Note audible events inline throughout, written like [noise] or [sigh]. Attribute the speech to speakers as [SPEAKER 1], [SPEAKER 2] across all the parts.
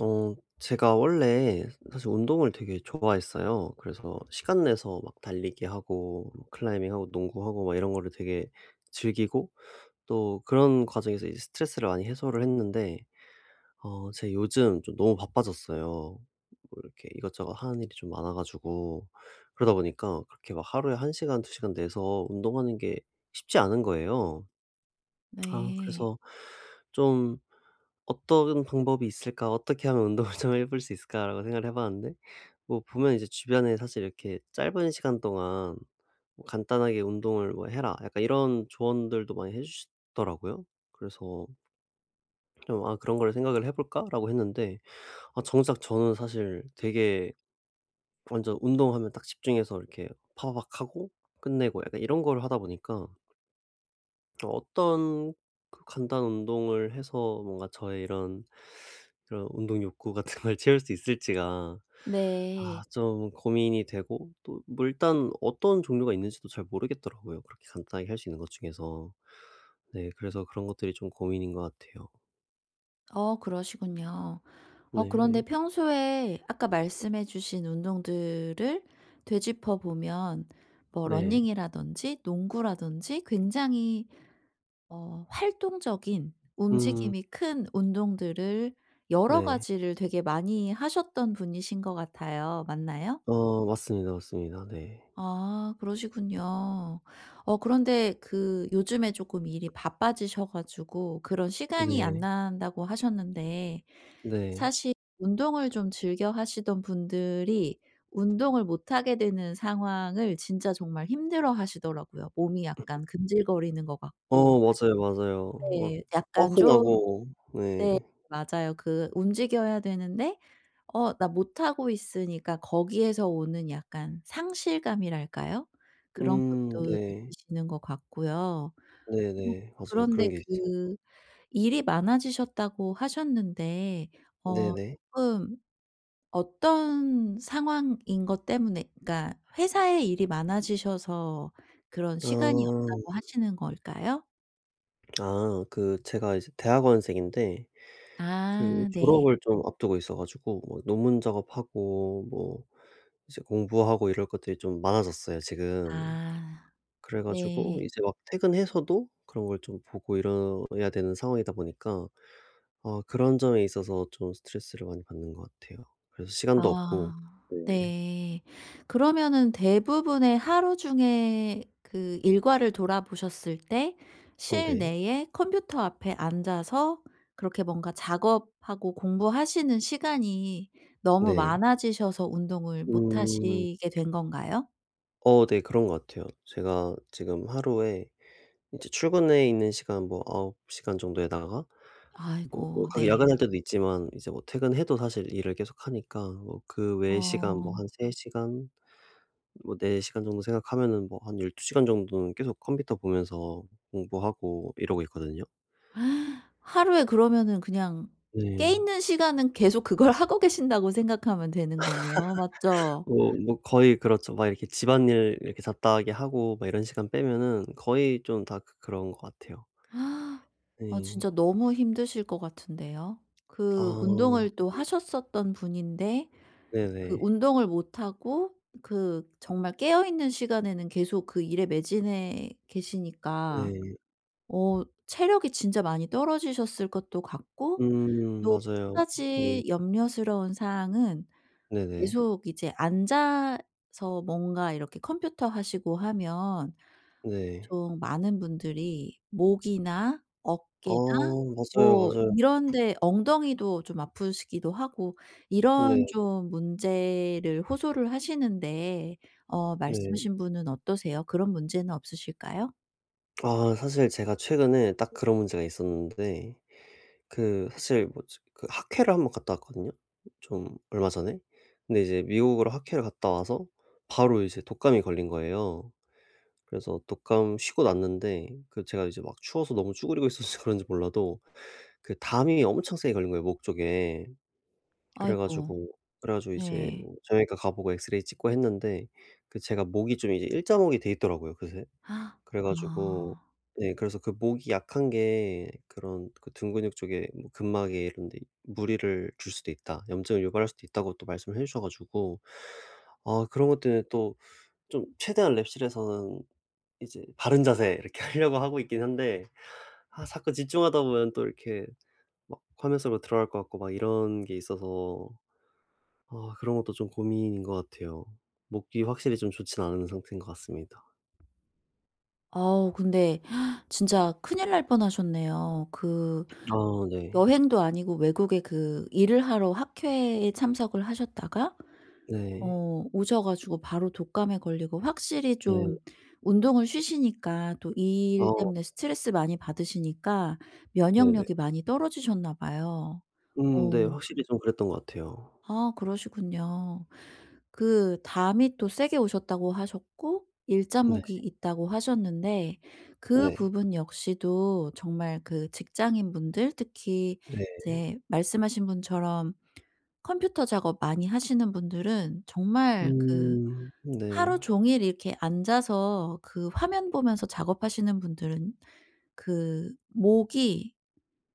[SPEAKER 1] 어 제가 원래 사실 운동을 되게 좋아했어요. 그래서 시간 내서 막 달리기 하고 뭐 클라이밍 하고 농구하고 막 이런 거를 되게 즐기고 또 그런 과정에서 이제 스트레스를 많이 해소를 했는데 어 제가 요즘 좀 너무 바빠졌어요. 뭐 이렇게 이것저것 하는 일이 좀 많아 가지고 그러다 보니까 그렇게 막 하루에 1 시간 2 시간 내서 운동하는 게 쉽지 않은 거예요. 아
[SPEAKER 2] 네.
[SPEAKER 1] 그래서 좀 '어떤 방법이 있을까? 어떻게 하면 운동을 [laughs] 좀 해볼 수 있을까?'라고 생각을 해 봤는데 뭐 보면 이제 주변에 사실 이렇게 "짧은 시간 동안 뭐 간단하게 운동을 뭐 해라." 약간 이런 조언들도 많이 해 주시더라고요. 그래서 좀 '아 그런 걸 생각을 해 볼까?'라고 했는데 아 정작 저는 사실 되게 완전 운동하면 딱 집중해서 이렇게 파박 하고 끝내고 약간 이런 걸 하다 보니까 어떤 그 간단 운동을 해서 뭔가 저의 이런 운동 욕구 같은 걸 채울 수 있을지가 아
[SPEAKER 2] 네.
[SPEAKER 1] 좀 고민이 되고 또 뭐 일단 어떤 종류가 있는지도 잘 모르겠더라고요, 그렇게 간단하게 할 수 있는 것 중에서. 네 그래서 그런 것들이 좀 고민인 것 같아요.
[SPEAKER 2] 어 그러시군요. 어 그런데
[SPEAKER 1] 네네.
[SPEAKER 2] 평소에 아까 말씀해 주신 운동들을 되짚어 보면 뭐
[SPEAKER 1] 네. 네.
[SPEAKER 2] 러닝이라든지 농구라든지 굉장히 어 활동적인
[SPEAKER 1] 음
[SPEAKER 2] 움직임이 큰 운동들을 여러
[SPEAKER 1] 네.
[SPEAKER 2] 가지를 되게 많이 하셨던 분이신 것 같아요. 맞나요?
[SPEAKER 1] 어 맞습니다, 맞습니다. 네.
[SPEAKER 2] 아 그러시군요. 어 그런데 그 요즘에 조금 일이 바빠지셔 가지고 그런 시간이 안
[SPEAKER 1] 네.
[SPEAKER 2] 난다고 하셨는데,
[SPEAKER 1] 네.
[SPEAKER 2] 사실 운동을 좀 즐겨 하시던 분들이 운동을 못 하게 되는 상황을 진짜 정말 힘들어하시더라고요. 몸이 약간 근질거리는 것 같고
[SPEAKER 1] 어 맞아요, 맞아요. 막
[SPEAKER 2] 네 약간 좀,
[SPEAKER 1] 뻐근하고 네.
[SPEAKER 2] 네 맞아요. 그 움직여야 되는데 어 나 못하고 있으니까 거기에서 오는 약간 상실감이랄까요? 그런 것도
[SPEAKER 1] 네.
[SPEAKER 2] 느끼시는 것 같고요. 음
[SPEAKER 1] 네네. 맞아요.
[SPEAKER 2] 그런데
[SPEAKER 1] 그런 게 있어요.
[SPEAKER 2] 그 일이 많아지셨다고 하셨는데, 어
[SPEAKER 1] 네네.
[SPEAKER 2] 조금 어떤 상황인 것 때문에, 그러니까 회사에 일이 많아지셔서 그런 시간이
[SPEAKER 1] 아.
[SPEAKER 2] 없다고 하시는 걸까요?
[SPEAKER 1] 아 그 제가 이제 대학원생인데 그
[SPEAKER 2] 아 네.
[SPEAKER 1] 졸업을 좀 앞두고 있어 가지고 뭐 논문 작업하고 뭐 이제 공부하고 이럴 것들이 좀 많아졌어요 지금.
[SPEAKER 2] 아
[SPEAKER 1] 그래 가지고
[SPEAKER 2] 네.
[SPEAKER 1] 이제 막 퇴근해서도 그런 걸 좀 보고 이래야 되는 상황이다 보니까 어 그런 점에 있어서 좀 스트레스를 많이 받는 것 같아요. 그래서 시간도
[SPEAKER 2] 아
[SPEAKER 1] 없고 네.
[SPEAKER 2] 네. 그러면은 대부분의 하루 중에 그 일과를 돌아보셨을 때
[SPEAKER 1] 어 네.
[SPEAKER 2] 실내에 컴퓨터 앞에 앉아서 그렇게 뭔가 작업하고 공부하시는 시간이 너무
[SPEAKER 1] 네.
[SPEAKER 2] 많아지셔서 운동을 못
[SPEAKER 1] 음.
[SPEAKER 2] 하시게 된 건가요?
[SPEAKER 1] 어 네. 그런 것 같아요. 제가 지금 하루에 이제 출근해 있는 시간 뭐 9 시간 정도에다가 뭐
[SPEAKER 2] 아이고
[SPEAKER 1] 가게
[SPEAKER 2] 네.
[SPEAKER 1] 야근할 때도 있지만 이제 뭐 퇴근해도 사실 일을 계속하니까 뭐 그 외의 시간 뭐
[SPEAKER 2] 어.
[SPEAKER 1] 한 3 시간 뭐 4 시간 정도 생각하면은 뭐 한 12 시간 정도는 계속 컴퓨터 보면서 공부하고 이러고 있거든요.
[SPEAKER 2] [gasps] 하루에 그러면은 그냥 깨
[SPEAKER 1] 네.
[SPEAKER 2] 있는 시간은 계속 그걸 [laughs] 하고 계신다고 생각하면 되는 거네요. 맞죠?
[SPEAKER 1] 뭐 거의 그렇죠. 막 이렇게 집안일 이렇게 잡다하게 하고 막 이런 시간 빼면은 거의 좀 다 그런 것 같아요.
[SPEAKER 2] 아. 아
[SPEAKER 1] 네.
[SPEAKER 2] 진짜 너무 힘드실 것 같은데요. 그
[SPEAKER 1] 아.
[SPEAKER 2] 운동을 또 하셨었던 분인데 그
[SPEAKER 1] 네네.
[SPEAKER 2] 운동을 못 하고, 그 정말 깨어 있는 시간에는 계속 그 일에 매진해 계시니까
[SPEAKER 1] 네.
[SPEAKER 2] 어 체력이 진짜 많이 떨어지셨을 것도 같고. 또
[SPEAKER 1] 맞아요.
[SPEAKER 2] 한
[SPEAKER 1] 네.
[SPEAKER 2] 가지 염려스러운 사항은,
[SPEAKER 1] 네네.
[SPEAKER 2] 계속 이제 앉아서 뭔가 이렇게 컴퓨터 하시고 하면
[SPEAKER 1] 네.
[SPEAKER 2] 좀 많은 분들이 목이나
[SPEAKER 1] 아
[SPEAKER 2] 어깨나
[SPEAKER 1] 맞아요,
[SPEAKER 2] 뭐
[SPEAKER 1] 맞아요.
[SPEAKER 2] 이런 데 엉덩이도 좀 아프시기도 하고 이런
[SPEAKER 1] 네.
[SPEAKER 2] 좀 문제를 호소를 하시는데, 어
[SPEAKER 1] 네.
[SPEAKER 2] 말씀하신 분은 어떠세요? 그런 문제는 없으실까요?
[SPEAKER 1] 아 사실 제가 최근에 딱 그런 문제가 있었는데 그 사실 뭐지 그 학회를 한번 갔다 왔거든요 좀 얼마 전에. 근데 이제 미국으로 학회를 갔다 와서 바로 이제 독감이 걸린 거예요. 그래서 독감 쉬고 났는데 그 제가 이제 막 추워서 너무 쭈그리고 있어서 [laughs] 그런지 몰라도 그 담이 엄청 세게 걸린 거예요 목 쪽에. 그래
[SPEAKER 2] 아이고.
[SPEAKER 1] 가지고 이제
[SPEAKER 2] 네.
[SPEAKER 1] 뭐 정형외과 가 보고 엑스레이 찍고 했는데 그 제가 목이 좀 이제 일자목이 돼 있더라고요 그새.
[SPEAKER 2] 아.
[SPEAKER 1] 그래 가지고 네 그래서 그 목이 약한 게 그런 그 등 근육 쪽에 뭐 근막에 이런 데 무리를 줄 수도 있다. 염증을 유발할 수도 있다고 또 말씀을 해 주셔 가지고 아 그런 것 때문에 또 좀 최대한 랩실에서는 이제 바른 자세 이렇게 [laughs] 하려고 하고 있긴 한데 아 자꾸 집중하다 보면 또 이렇게 막 화면 속으로 들어갈 것 같고 막 이런 게 있어서 아 그런 것도 좀 고민인 것 같아요. 목이 확실히 좀 좋진 않은 상태인 것 같습니다.
[SPEAKER 2] 아우 근데 진짜 큰일 날 뻔하셨네요. 그
[SPEAKER 1] 아 네.
[SPEAKER 2] 여행도 아니고 외국에 그 일을 하러 학회에 참석을 하셨다가
[SPEAKER 1] 네.
[SPEAKER 2] 어 오셔 가지고 바로 독감에 걸리고, 확실히
[SPEAKER 1] 네.
[SPEAKER 2] 좀 운동을 쉬시니까 또 이 일 때문에
[SPEAKER 1] 아
[SPEAKER 2] 스트레스 많이 받으시니까
[SPEAKER 1] 네네.
[SPEAKER 2] 면역력이 많이 떨어지셨나 봐요.
[SPEAKER 1] 네.
[SPEAKER 2] 어.
[SPEAKER 1] 확실히 좀 그랬던 것 같아요.
[SPEAKER 2] 아 그러시군요. 그 담이 또 세게 오셨다고 하셨고
[SPEAKER 1] 네.
[SPEAKER 2] 일자목이 있다고 하셨는데, 그
[SPEAKER 1] 네.
[SPEAKER 2] 부분 역시도 정말 그 직장인분들 특히
[SPEAKER 1] 네.
[SPEAKER 2] 이제 말씀하신 분처럼 컴퓨터 작업 많이 하시는 분들은 정말 그
[SPEAKER 1] 네.
[SPEAKER 2] 하루 종일 이렇게 앉아서 그 화면 보면서 작업하시는 분들은, 그 목이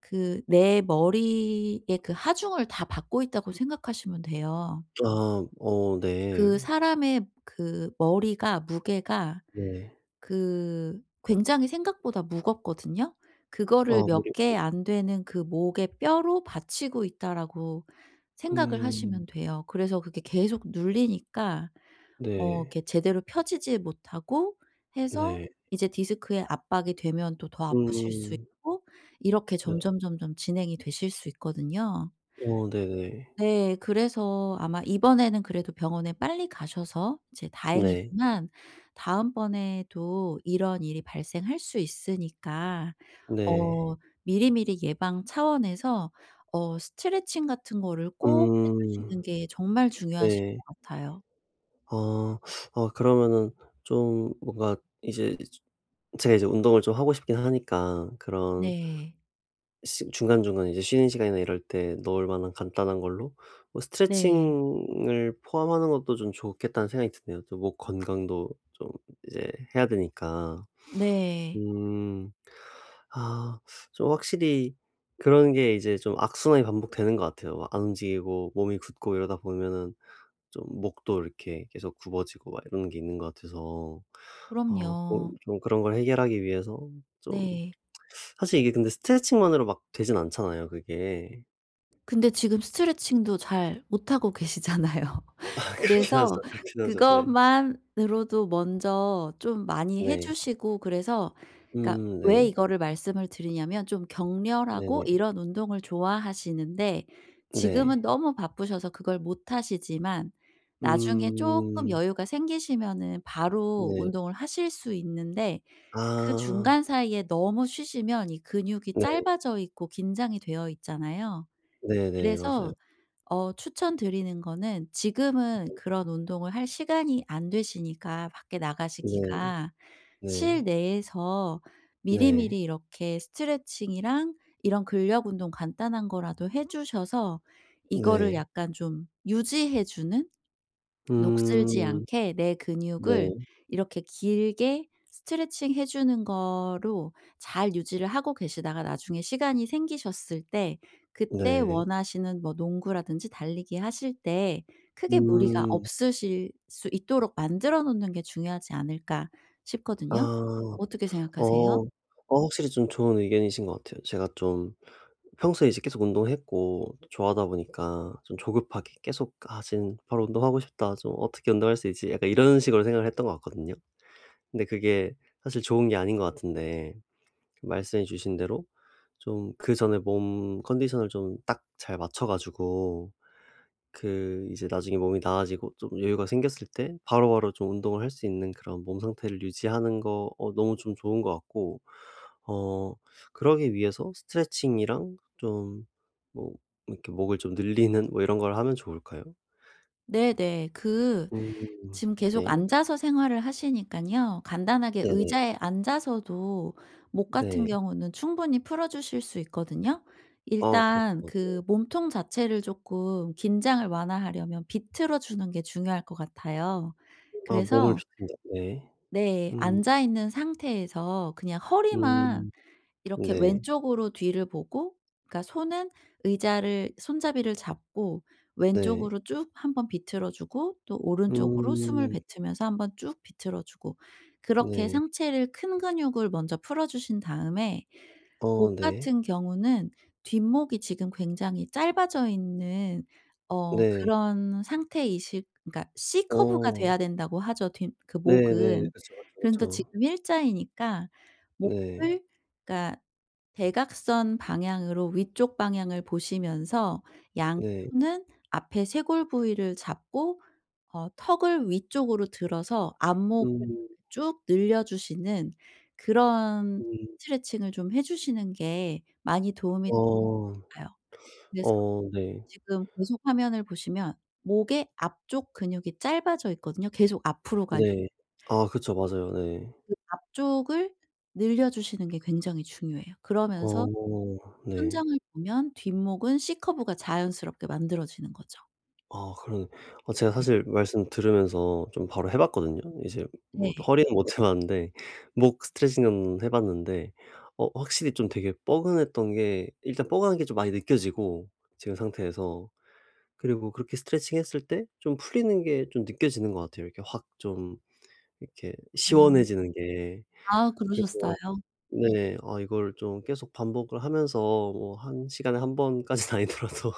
[SPEAKER 2] 그 내 머리의 그 하중을 다 받고 있다고 생각하시면 돼요.
[SPEAKER 1] 아 어 네.
[SPEAKER 2] 그 사람의 그 머리가 무게가
[SPEAKER 1] 네.
[SPEAKER 2] 그 굉장히 생각보다 무겁거든요. 그거를
[SPEAKER 1] 아 무리
[SPEAKER 2] 몇 개 안 되는 그 목의 뼈로 받치고 있다라고 생각을
[SPEAKER 1] 음
[SPEAKER 2] 하시면 돼요. 그래서 그게 계속 눌리니까 어
[SPEAKER 1] 네.
[SPEAKER 2] 이렇게 제대로 펴지지 못하고 해서
[SPEAKER 1] 네.
[SPEAKER 2] 이제 디스크에 압박이 되면 또 더 아프실 수
[SPEAKER 1] 음
[SPEAKER 2] 있고 이렇게
[SPEAKER 1] 네.
[SPEAKER 2] 점점점점 진행이 되실 수 있거든요.
[SPEAKER 1] 어 네네.
[SPEAKER 2] 네. 그래서 아마 이번에는 그래도 병원에 빨리 가셔서 이제
[SPEAKER 1] 네.
[SPEAKER 2] 다행이지만, 다음번에도 이런 일이 발생할 수 있으니까
[SPEAKER 1] 네.
[SPEAKER 2] 어 미리미리 예방 차원에서 어 스트레칭 같은 거를 꼭 해
[SPEAKER 1] 음
[SPEAKER 2] 주시는 게 정말 중요하실
[SPEAKER 1] 네.
[SPEAKER 2] 것 같아요.
[SPEAKER 1] 어. 어 그러면은 좀 뭔가 이제 제가 이제 운동을 좀 하고 싶긴 하니까 그런
[SPEAKER 2] 네.
[SPEAKER 1] 시 중간중간 이제 쉬는 시간이나 이럴 때 넣을 만한 간단한 걸로 뭐
[SPEAKER 2] 네.
[SPEAKER 1] 스트레칭을 포함하는 것도 좀 좋겠다는 생각이 드네요. 또 목 건강도 좀 이제 해야 되니까.
[SPEAKER 2] 네.
[SPEAKER 1] 음. 아 좀 확실히 그런 게 이제 좀 악순환이 반복되는 것 같아요. 안 움직이고 몸이 굳고 이러다 보면은 좀 목도 이렇게 계속 굽어지고 막 이런 게 있는 것 같아서 어 그-
[SPEAKER 2] 그럼요.
[SPEAKER 1] 좀 그런 걸 해결하기 위해서 좀
[SPEAKER 2] 네.
[SPEAKER 1] 사실 이게 근데 스트레칭만으로 막 되진 않잖아요 그게.
[SPEAKER 2] 근데 지금 스트레칭도 잘 못하고 계시잖아요.
[SPEAKER 1] [laughs]
[SPEAKER 2] [laughs]
[SPEAKER 1] 아 그렇긴
[SPEAKER 2] 그래서
[SPEAKER 1] 하죠, 그렇긴 하죠. 네.
[SPEAKER 2] 그것만으로도 먼저 좀 많이 해
[SPEAKER 1] 네.
[SPEAKER 2] 주시고. 그래서 그러니까 왜
[SPEAKER 1] 네.
[SPEAKER 2] 이거를 말씀을 드리냐면, 좀 격렬하고
[SPEAKER 1] 네네. 네.
[SPEAKER 2] 이런 운동을 좋아하시는데 지금은
[SPEAKER 1] 네,
[SPEAKER 2] 너무 바쁘셔서 그걸 못 하시지만, 나중에 조금
[SPEAKER 1] 음
[SPEAKER 2] 여유가 생기시면은 바로
[SPEAKER 1] 네.
[SPEAKER 2] 운동을 하실 수 있는데, 그
[SPEAKER 1] 아
[SPEAKER 2] 중간 사이에 너무 쉬시면 이 근육이
[SPEAKER 1] 네.
[SPEAKER 2] 짧아져 있고 긴장이 되어 있잖아요.
[SPEAKER 1] 네네. 맞아요.
[SPEAKER 2] 그래서 어 추천드리는 거는, 지금은 그런 운동을 할 시간이 안 되시니까 밖에
[SPEAKER 1] 네.
[SPEAKER 2] 나가시기가,
[SPEAKER 1] 네.
[SPEAKER 2] 실내에서
[SPEAKER 1] 네.
[SPEAKER 2] 미리미리 이렇게 스트레칭이랑 이런 근력 운동 간단한 거라도 해 주셔서 이거를
[SPEAKER 1] 네.
[SPEAKER 2] 약간 좀 유지해 주는, 녹슬지
[SPEAKER 1] 음
[SPEAKER 2] 않게 내
[SPEAKER 1] 네.
[SPEAKER 2] 근육을 이렇게 길게 스트레칭 해 주는 거로 잘 유지를 하고 계시다가 나중에 시간이 생기셨을 때 그때
[SPEAKER 1] 네.
[SPEAKER 2] 원하시는 뭐 농구라든지 달리기 하실 때 크게 무리가
[SPEAKER 1] 음.
[SPEAKER 2] 없으실 수 있도록 만들어 놓는 게 중요하지 않을까
[SPEAKER 1] 아.
[SPEAKER 2] 싶거든요. 어떻게 생각하세요?
[SPEAKER 1] 어. 어 확실히 좀 좋은 의견이신 것 같아요. 제가 좀 평소에 이제 계속 운동했고 좋아하다 보니까 좀 조급하게 계속 '아 지금 바로 운동하고 싶다. 좀 어떻게 운동할 수 있지?' 약간 이런 식으로 생각을 했던 것 같거든요. 근데 그게 사실 좋은 게 아닌 것 같은데 그 말씀해 주신 대로 좀 그전에 몸 컨디션을 좀 딱 잘 맞춰 가지고 그 이제 나중에 몸이 나아지고 좀 여유가 생겼을 때 바로바로 좀 운동을 할 수 있는 그런 몸 상태를 유지하는 거 어 너무 좀 좋은 것 같고 어 그러기 위해서 스트레칭이랑 좀 뭐 이렇게 목을 좀 늘리는 뭐 이런 걸 하면 좋을까요?
[SPEAKER 2] 네네. 그
[SPEAKER 1] 음
[SPEAKER 2] 지금 계속
[SPEAKER 1] 네.
[SPEAKER 2] 앉아서 생활을 하시니깐요. 간단하게
[SPEAKER 1] 네네.
[SPEAKER 2] 의자에 앉아서도 목 같은
[SPEAKER 1] 네.
[SPEAKER 2] 경우는 충분히 풀어 주실 수 있거든요.
[SPEAKER 1] 아 그렇죠.
[SPEAKER 2] 일단
[SPEAKER 1] 네.
[SPEAKER 2] 그 몸통 자체를 쪼끔 긴장을 완화하려면 비틀어 주는 게 중요할 것 같아요.
[SPEAKER 1] 아 몸을
[SPEAKER 2] 그래서
[SPEAKER 1] 비춘다 네.
[SPEAKER 2] 네.
[SPEAKER 1] 음.
[SPEAKER 2] 앉아 있는 상태에서 그냥 허리만
[SPEAKER 1] 음.
[SPEAKER 2] 이렇게
[SPEAKER 1] 네.
[SPEAKER 2] 왼쪽으로 뒤를 보고, 그러니까 손은 의자를 손잡이를 잡고
[SPEAKER 1] 네.
[SPEAKER 2] 왼쪽으로 쭉 한번 비틀어 주고, 또 오른쪽으로 숨을
[SPEAKER 1] 음.
[SPEAKER 2] 뱉으면서 한번 쭉 비틀어 주고, 그렇게
[SPEAKER 1] 네.
[SPEAKER 2] 상체를 큰 근육을 먼저 풀어 주신 다음에
[SPEAKER 1] 어
[SPEAKER 2] 목
[SPEAKER 1] 네.
[SPEAKER 2] 같은 경우는 뒷목이 지금 굉장히 짧아져 있는 어
[SPEAKER 1] 네.
[SPEAKER 2] 그런 상태이실, 그러니까 C 커브가
[SPEAKER 1] 어.
[SPEAKER 2] 돼야 된다고 하죠, 뒷 그
[SPEAKER 1] 네네.
[SPEAKER 2] 목은.
[SPEAKER 1] 그쵸, 그쵸,
[SPEAKER 2] 그런데
[SPEAKER 1] 그쵸.
[SPEAKER 2] 지금 일자이니까
[SPEAKER 1] 네.
[SPEAKER 2] 목을, 그러니까 대각선 방향으로 위쪽 방향을 보시면서 양
[SPEAKER 1] 네.
[SPEAKER 2] 손은 앞에 쇄골 부위를 잡고 어 턱을 위쪽으로 들어서 안목을
[SPEAKER 1] 음.
[SPEAKER 2] 쭉 늘려 주시는 그런
[SPEAKER 1] 음.
[SPEAKER 2] 스트레칭을 좀 해 주시는 게 많이 도움이 될
[SPEAKER 1] 어.
[SPEAKER 2] 요 그래서
[SPEAKER 1] 어 네.
[SPEAKER 2] 지금 계속 화면을 보시면 목의 앞쪽 근육이 짧아져 있거든요. 계속 앞으로 가니
[SPEAKER 1] 네. 아 그쵸. 맞아요. 네.
[SPEAKER 2] 앞쪽을 늘려 주시는 게 굉장히 중요해요. 그러면서
[SPEAKER 1] 어 네.
[SPEAKER 2] 천장을 보면 뒷목은 C 커브가 자연스럽게 만들어지는 거죠.
[SPEAKER 1] 아 그러네. 아 제가
[SPEAKER 2] 네.
[SPEAKER 1] 사실 말씀 들으면서 좀 바로 해 봤거든요. 이제 뭐
[SPEAKER 2] 네.
[SPEAKER 1] 허리는 못해 봤는데 목 스트레칭은 해 봤는데 어 확실히 좀 되게 뻐근했던 게 일단 뻐근한 게좀 많이 느껴지고 지금 상태에서 그리고 그렇게 스트레칭 했을 때좀 풀리는 게좀 느껴지는 것 같아요. 이렇게 확좀 이렇게
[SPEAKER 2] 아.
[SPEAKER 1] 시원해지는 게.
[SPEAKER 2] 아
[SPEAKER 1] 그래서
[SPEAKER 2] 그러셨어요?
[SPEAKER 1] 네. 아 이걸 좀 계속 반복을 하면서 뭐 한 시간에 한 번까지는 [laughs] 아니더라도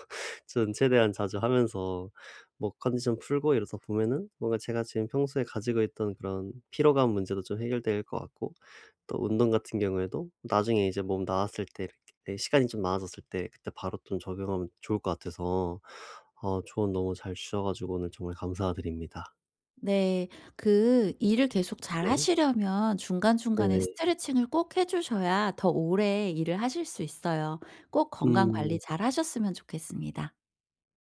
[SPEAKER 1] 전 최대한 자주 하면서 뭐 컨디션 풀고 이러다 보면은 뭔가 제가 지금 평소에 가지고 있던 그런 피로감 문제도 좀 해결될 것 같고 또 운동 같은 경우에도 나중에 이제 몸 나았을 때 이렇게 내 시간이 좀 많아졌을 때 그때 바로 좀 적용하면 좋을 것 같아서 어 조언 너무 잘 주셔 가지고 오늘 정말 감사드립니다.
[SPEAKER 2] 네. 그 일을 계속
[SPEAKER 1] 네.
[SPEAKER 2] 잘하시려면 중간중간에
[SPEAKER 1] 네네.
[SPEAKER 2] 스트레칭을 꼭 해 주셔야 더 오래 일을 하실 수 있어요. 꼭 건강 관리
[SPEAKER 1] 음.
[SPEAKER 2] 잘하셨으면 좋겠습니다.